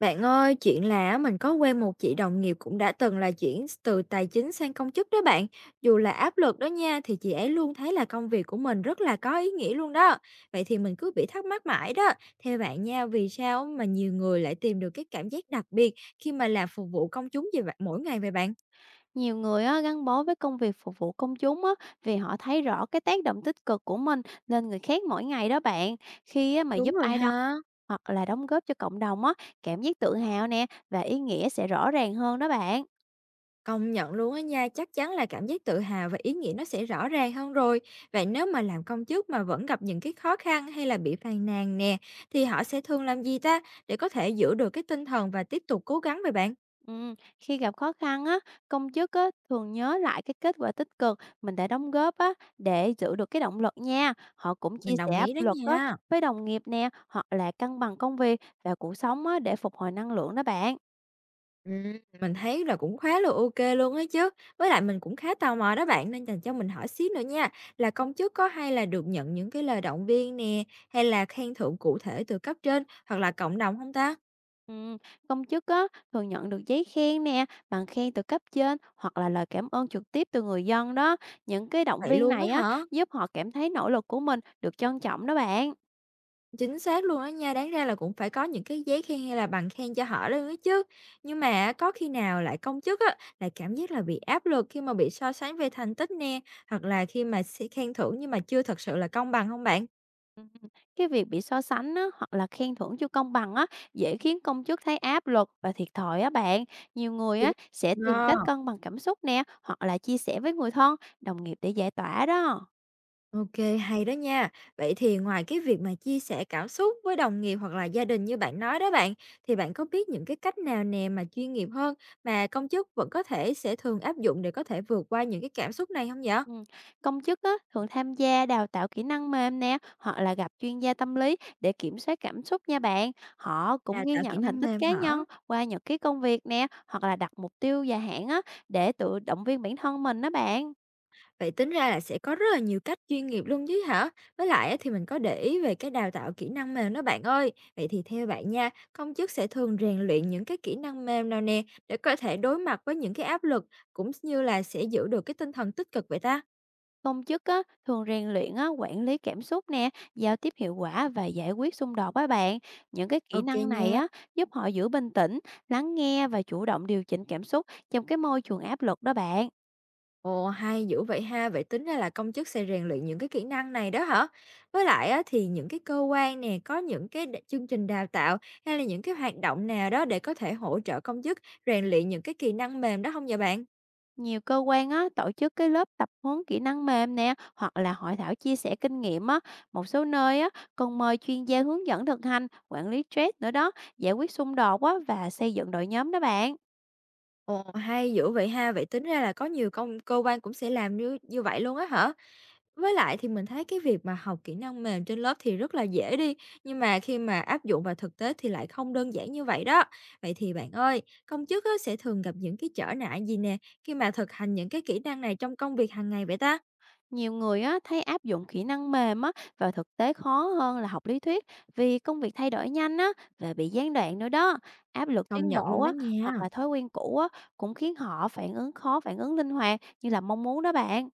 Bạn ơi, chuyện là á, mình có quen một chị đồng nghiệp cũng đã từng là chuyển từ tài chính sang công chức đó bạn. Dù là áp lực đó nha, thì chị ấy luôn thấy là công việc của mình rất là có ý nghĩa luôn đó. Vậy thì mình cứ bị thắc mắc mãi đó. Theo bạn nha, vì sao mà nhiều người lại tìm được cái cảm giác đặc biệt khi mà làm phục vụ công chúng gì vậy mỗi ngày vậy bạn? Nhiều người á, gắn bó với công việc phục vụ công chúng á, vì họ thấy rõ cái tác động tích cực của mình lên người khác mỗi ngày đó bạn. Khi á, mà Đúng giúp rồi ai đó ha. hoặc là đóng góp cho cộng đồng á, cảm giác tự hào nè và ý nghĩa sẽ rõ ràng hơn đó bạn. Công nhận luôn á nha, chắc chắn là cảm giác tự hào và ý nghĩa nó sẽ rõ ràng hơn rồi. Vậy nếu mà làm công chức mà vẫn gặp những cái khó khăn hay là bị phàn nàn nè, thì họ sẽ thường làm gì ta để có thể giữ được cái tinh thần và tiếp tục cố gắng vậy bạn? Ừ, khi gặp khó khăn á, công chức á, thường nhớ lại cái kết quả tích cực mình đã đóng góp á, để giữ được cái động lực nha. Họ cũng chia Mình đồng sẻ áp ý đó lực á, nha. với đồng nghiệp nè hoặc là cân bằng công việc và cuộc sống á, để phục hồi năng lượng đó bạn. Ừ, mình thấy là cũng khá là ok luôn á chứ. Với lại mình cũng khá tò mò đó bạn, nên dành cho mình hỏi xíu nữa nha. Là công chức có hay là được nhận những cái lời động viên nè, hay là khen thưởng cụ thể từ cấp trên hoặc là cộng đồng không ta? Ừm, Công chức á, thường nhận được giấy khen nè, bằng khen từ cấp trên hoặc là lời cảm ơn trực tiếp từ người dân đó. Những cái động Vậy viên luôn á này á, hả? giúp họ cảm thấy nỗ lực của mình được trân trọng đó bạn. Chính xác luôn á nha, đáng ra là cũng phải có những cái giấy khen hay là bằng khen cho họ luôn á chứ. Nhưng mà á, có khi nào lại công chức á, lại cảm giác là bị áp lực khi mà bị so sánh về thành tích nè, hoặc là khi mà sẽ khen thưởng nhưng mà chưa thật sự là công bằng không bạn? Ừm, Cái việc bị so sánh á, hoặc là khen thưởng chưa công bằng á, dễ khiến công chức thấy áp lực và thiệt thòi á bạn. Nhiều người Chính á, sẽ tìm Ờ, cách cân bằng cảm xúc nè, hoặc là chia sẻ với người thân, đồng nghiệp để giải tỏa đó. ok, hay đó nha. Vậy thì ngoài cái việc mà chia sẻ cảm xúc với đồng nghiệp hoặc là gia đình như bạn nói đó bạn, thì bạn có biết những cái cách nào nè mà chuyên nghiệp hơn mà công chức vẫn có thể sẽ thường áp dụng để có thể vượt qua những cái cảm xúc này không vậy? Ừm, Công chức á, thường tham gia đào tạo kỹ năng mềm nè, hoặc là gặp chuyên gia tâm lý để kiểm soát cảm xúc nha bạn. Họ cũng Đào ghi tạo kỹ nhận thành năng tích mềm cá hả? nhân qua nhật ký công việc nè, hoặc là đặt mục tiêu dài hạn á, để tự động viên bản thân mình đó bạn. Vậy tính ra là sẽ có rất là nhiều cách chuyên nghiệp luôn chứ hả? Với lại á, thì mình có để ý về cái đào tạo kỹ năng mềm đó bạn ơi. Vậy thì theo bạn nha, công chức sẽ thường rèn luyện những cái kỹ năng mềm nào nè để có thể đối mặt với những cái áp lực cũng như là sẽ giữ được cái tinh thần tích cực vậy ta? Công chức á, thường rèn luyện á, quản lý cảm xúc nè, giao tiếp hiệu quả và giải quyết xung đột với bạn. Những cái kỹ Ok năng này nha. á, giúp họ giữ bình tĩnh, lắng nghe và chủ động điều chỉnh cảm xúc trong cái môi trường áp lực đó bạn. Ồ, hay dữ vậy ha, vậy tính ra là công chức sẽ rèn luyện những cái kỹ năng này đó hả? Với lại á, thì những cái cơ quan nè có những cái chương trình đào tạo hay là những cái hoạt động nào đó để có thể hỗ trợ công chức rèn luyện những cái kỹ năng mềm đó không vậy bạn? Nhiều cơ quan á, tổ chức cái lớp tập huấn kỹ năng mềm nè, hoặc là hội thảo chia sẻ kinh nghiệm á. Một số nơi á, còn mời chuyên gia hướng dẫn thực hành, quản lý stress nữa đó, giải quyết xung đột á, và xây dựng đội nhóm đó bạn. Ồ, hay dữ vậy ha! Vậy tính ra là có nhiều cơ quan cũng sẽ làm như như vậy luôn á hả? Với lại thì mình thấy cái việc mà học kỹ năng mềm trên lớp thì rất là dễ đi, nhưng mà khi mà áp dụng vào thực tế thì lại không đơn giản như vậy đó. Vậy thì bạn ơi, công chức á sẽ thường gặp những cái trở ngại gì nè, khi mà thực hành những cái kỹ năng này trong công việc hàng ngày vậy ta? Nhiều người á, thấy áp dụng kỹ năng mềm á, vào thực tế khó hơn là học lý thuyết vì công việc thay đổi nhanh á, và bị gián đoạn nữa đó. Áp lực Công tiến nhận bộ luôn đó á, hoặc nha. là thói quen cũ á, cũng khiến họ phản ứng linh hoạt như là mong muốn đó bạn.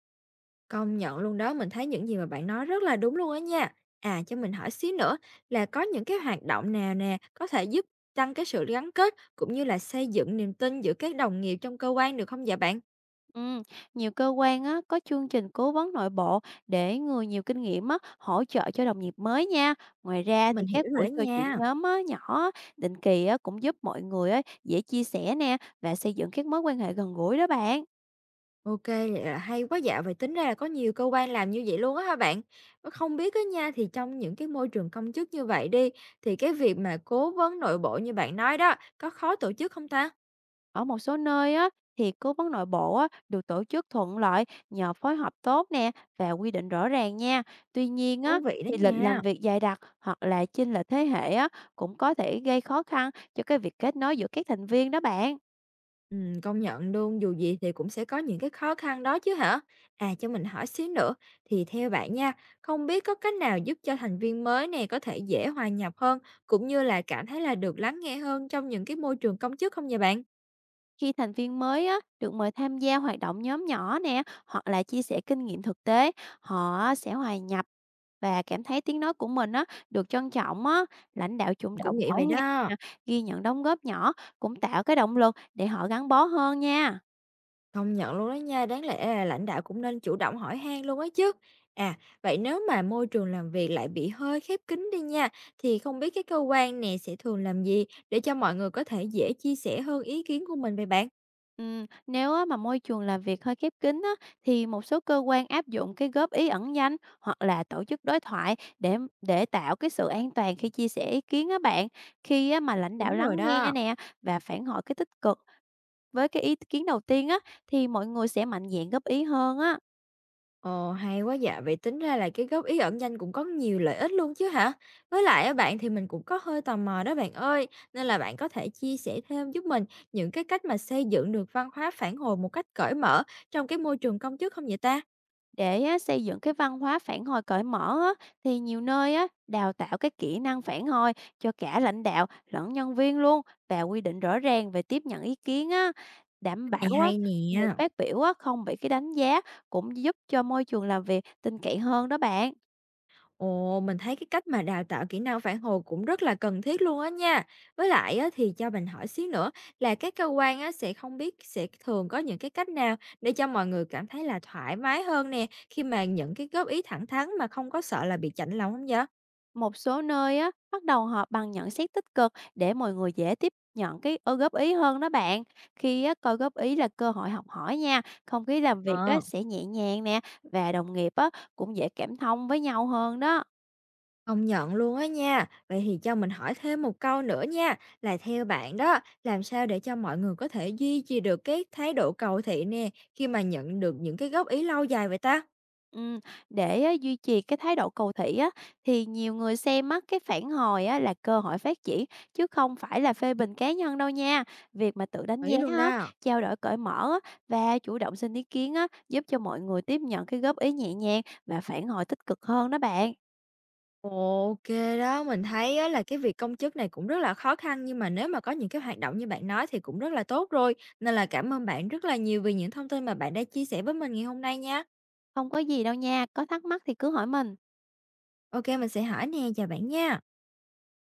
Công nhận luôn đó, mình thấy những gì mà bạn nói rất là đúng luôn á nha. À, cho mình hỏi xíu nữa, là có những cái hoạt động nào nè có thể giúp tăng cái sự gắn kết cũng như là xây dựng niềm tin giữa các đồng nghiệp trong cơ quan được không dạ bạn? Ừm, Nhiều cơ quan á, có chương trình cố vấn nội bộ để người nhiều kinh nghiệm á, hỗ trợ cho đồng nghiệp mới nha. Ngoài ra Mình thì hiểu các rồi buổi đó trò chuyện nha. nhóm á, nhỏ á, định kỳ á, cũng giúp mọi người á, dễ chia sẻ nè và xây dựng các mối quan hệ gần gũi đó bạn. Ok, vậy là hay quá dạ, vậy tính ra là có nhiều cơ quan làm như vậy luôn á hả bạn? Không biết á nha, thì trong những cái môi trường công chức như vậy đi, thì cái việc mà cố vấn nội bộ như bạn nói đó, có khó tổ chức không ta? Ở một số nơi á, thì cố vấn nội bộ á, được tổ chức thuận lợi nhờ phối hợp tốt nè và quy định rõ ràng nha. Tuy nhiên á, Thú vị đó thì lịch làm nha. việc dày đặc hoặc là chênh lệch thế hệ á, cũng có thể gây khó khăn cho cái việc kết nối giữa các thành viên đó bạn. Công nhận luôn, dù gì thì cũng sẽ có những cái khó khăn đó chứ hả? À, cho mình hỏi xíu nữa, thì theo bạn nha, không biết có cách nào giúp cho thành viên mới này có thể dễ hòa nhập hơn, cũng như là cảm thấy là được lắng nghe hơn trong những cái môi trường công chức không nhà bạn? Khi thành viên mới á, được mời tham gia hoạt động nhóm nhỏ nè, hoặc là chia sẻ kinh nghiệm thực tế, họ á, sẽ hòa nhập và cảm thấy tiếng nói của mình á, được trân trọng á, lãnh đạo chủ Mình cũng động nghĩ hỏi vậy han đó. nè, ghi nhận đóng góp nhỏ cũng tạo cái động lực để họ gắn bó hơn nha. Công nhận luôn đó nha, đáng lẽ là lãnh đạo cũng nên chủ động hỏi han luôn á chứ. À, vậy nếu mà môi trường làm việc lại bị hơi khép kín đi nha, thì không biết cái cơ quan này sẽ thường làm gì để cho mọi người có thể dễ chia sẻ hơn ý kiến của mình về bạn? Nếu á mà môi trường làm việc hơi khép kín á, thì một số cơ quan áp dụng cái góp ý ẩn danh hoặc là tổ chức đối thoại để tạo cái sự an toàn khi chia sẻ ý kiến á bạn. Khi á mà lãnh đạo Đúng lắng rồi nghe đó. nè và phản hồi cái tích cực với cái ý kiến đầu tiên á, thì mọi người sẽ mạnh dạn góp ý hơn á. Ồ, hay quá dạ. Vậy tính ra là cái góp ý ẩn danh cũng có nhiều lợi ích luôn chứ hả? Với lại á bạn, thì mình cũng có hơi tò mò đó bạn ơi, nên là bạn có thể chia sẻ thêm giúp mình những cái cách mà xây dựng được văn hóa phản hồi một cách cởi mở trong cái môi trường công chức không vậy ta? Để á, xây dựng cái văn hóa phản hồi cởi mở á, thì nhiều nơi á, đào tạo cái kỹ năng phản hồi cho cả lãnh đạo lẫn nhân viên luôn và quy định rõ ràng về tiếp nhận ý kiến á, đảm Cái này bảo á, hay người nè. phát biểu á, không bị cái đánh giá cũng giúp cho môi trường làm việc tin cậy hơn đó bạn. Ồ, mình thấy cái cách mà đào tạo kỹ năng phản hồi cũng rất là cần thiết luôn á nha. Với lại á, thì cho mình hỏi xíu nữa, là các cơ quan á, sẽ không biết sẽ thường có những cái cách nào để cho mọi người cảm thấy là thoải mái hơn nè khi mà nhận cái góp ý thẳng thắn mà không có sợ là bị chạnh lòng không vậy? Một số nơi á, bắt đầu họp bằng nhận xét tích cực để mọi người dễ tiếp nhận cái góp ý hơn đó bạn. Khi á, coi góp ý là cơ hội học hỏi nha, không khí làm việc á, Ờ, sẽ nhẹ nhàng nè và đồng nghiệp á, cũng dễ cảm thông với nhau hơn đó. Công nhận luôn á nha. Vậy thì cho mình hỏi thêm một câu nữa nha. Là theo bạn đó, làm sao để cho mọi người có thể duy trì được cái thái độ cầu thị nè khi mà nhận được những cái góp ý lâu dài vậy ta? Ừm, để á, duy trì cái thái độ cầu thị á, thì nhiều người xem á, cái phản hồi á, là cơ hội phát triển chứ không phải là phê bình cá nhân đâu nha. Việc mà tự đánh Ý giá luôn á, đó. trao đổi cởi mở á, và chủ động xin ý kiến á, giúp cho mọi người tiếp nhận cái góp ý nhẹ nhàng và phản hồi tích cực hơn đó bạn. OK đó, mình thấy á là cái việc công chức này cũng rất là khó khăn, nhưng mà nếu mà có những cái hoạt động như bạn nói thì cũng rất là tốt rồi. Nên là cảm ơn bạn rất là nhiều vì những thông tin mà bạn đã chia sẻ với mình ngày hôm nay nha. Không có gì đâu nha, có thắc mắc thì cứ hỏi mình. OK, mình sẽ hỏi nè, chào bạn nha.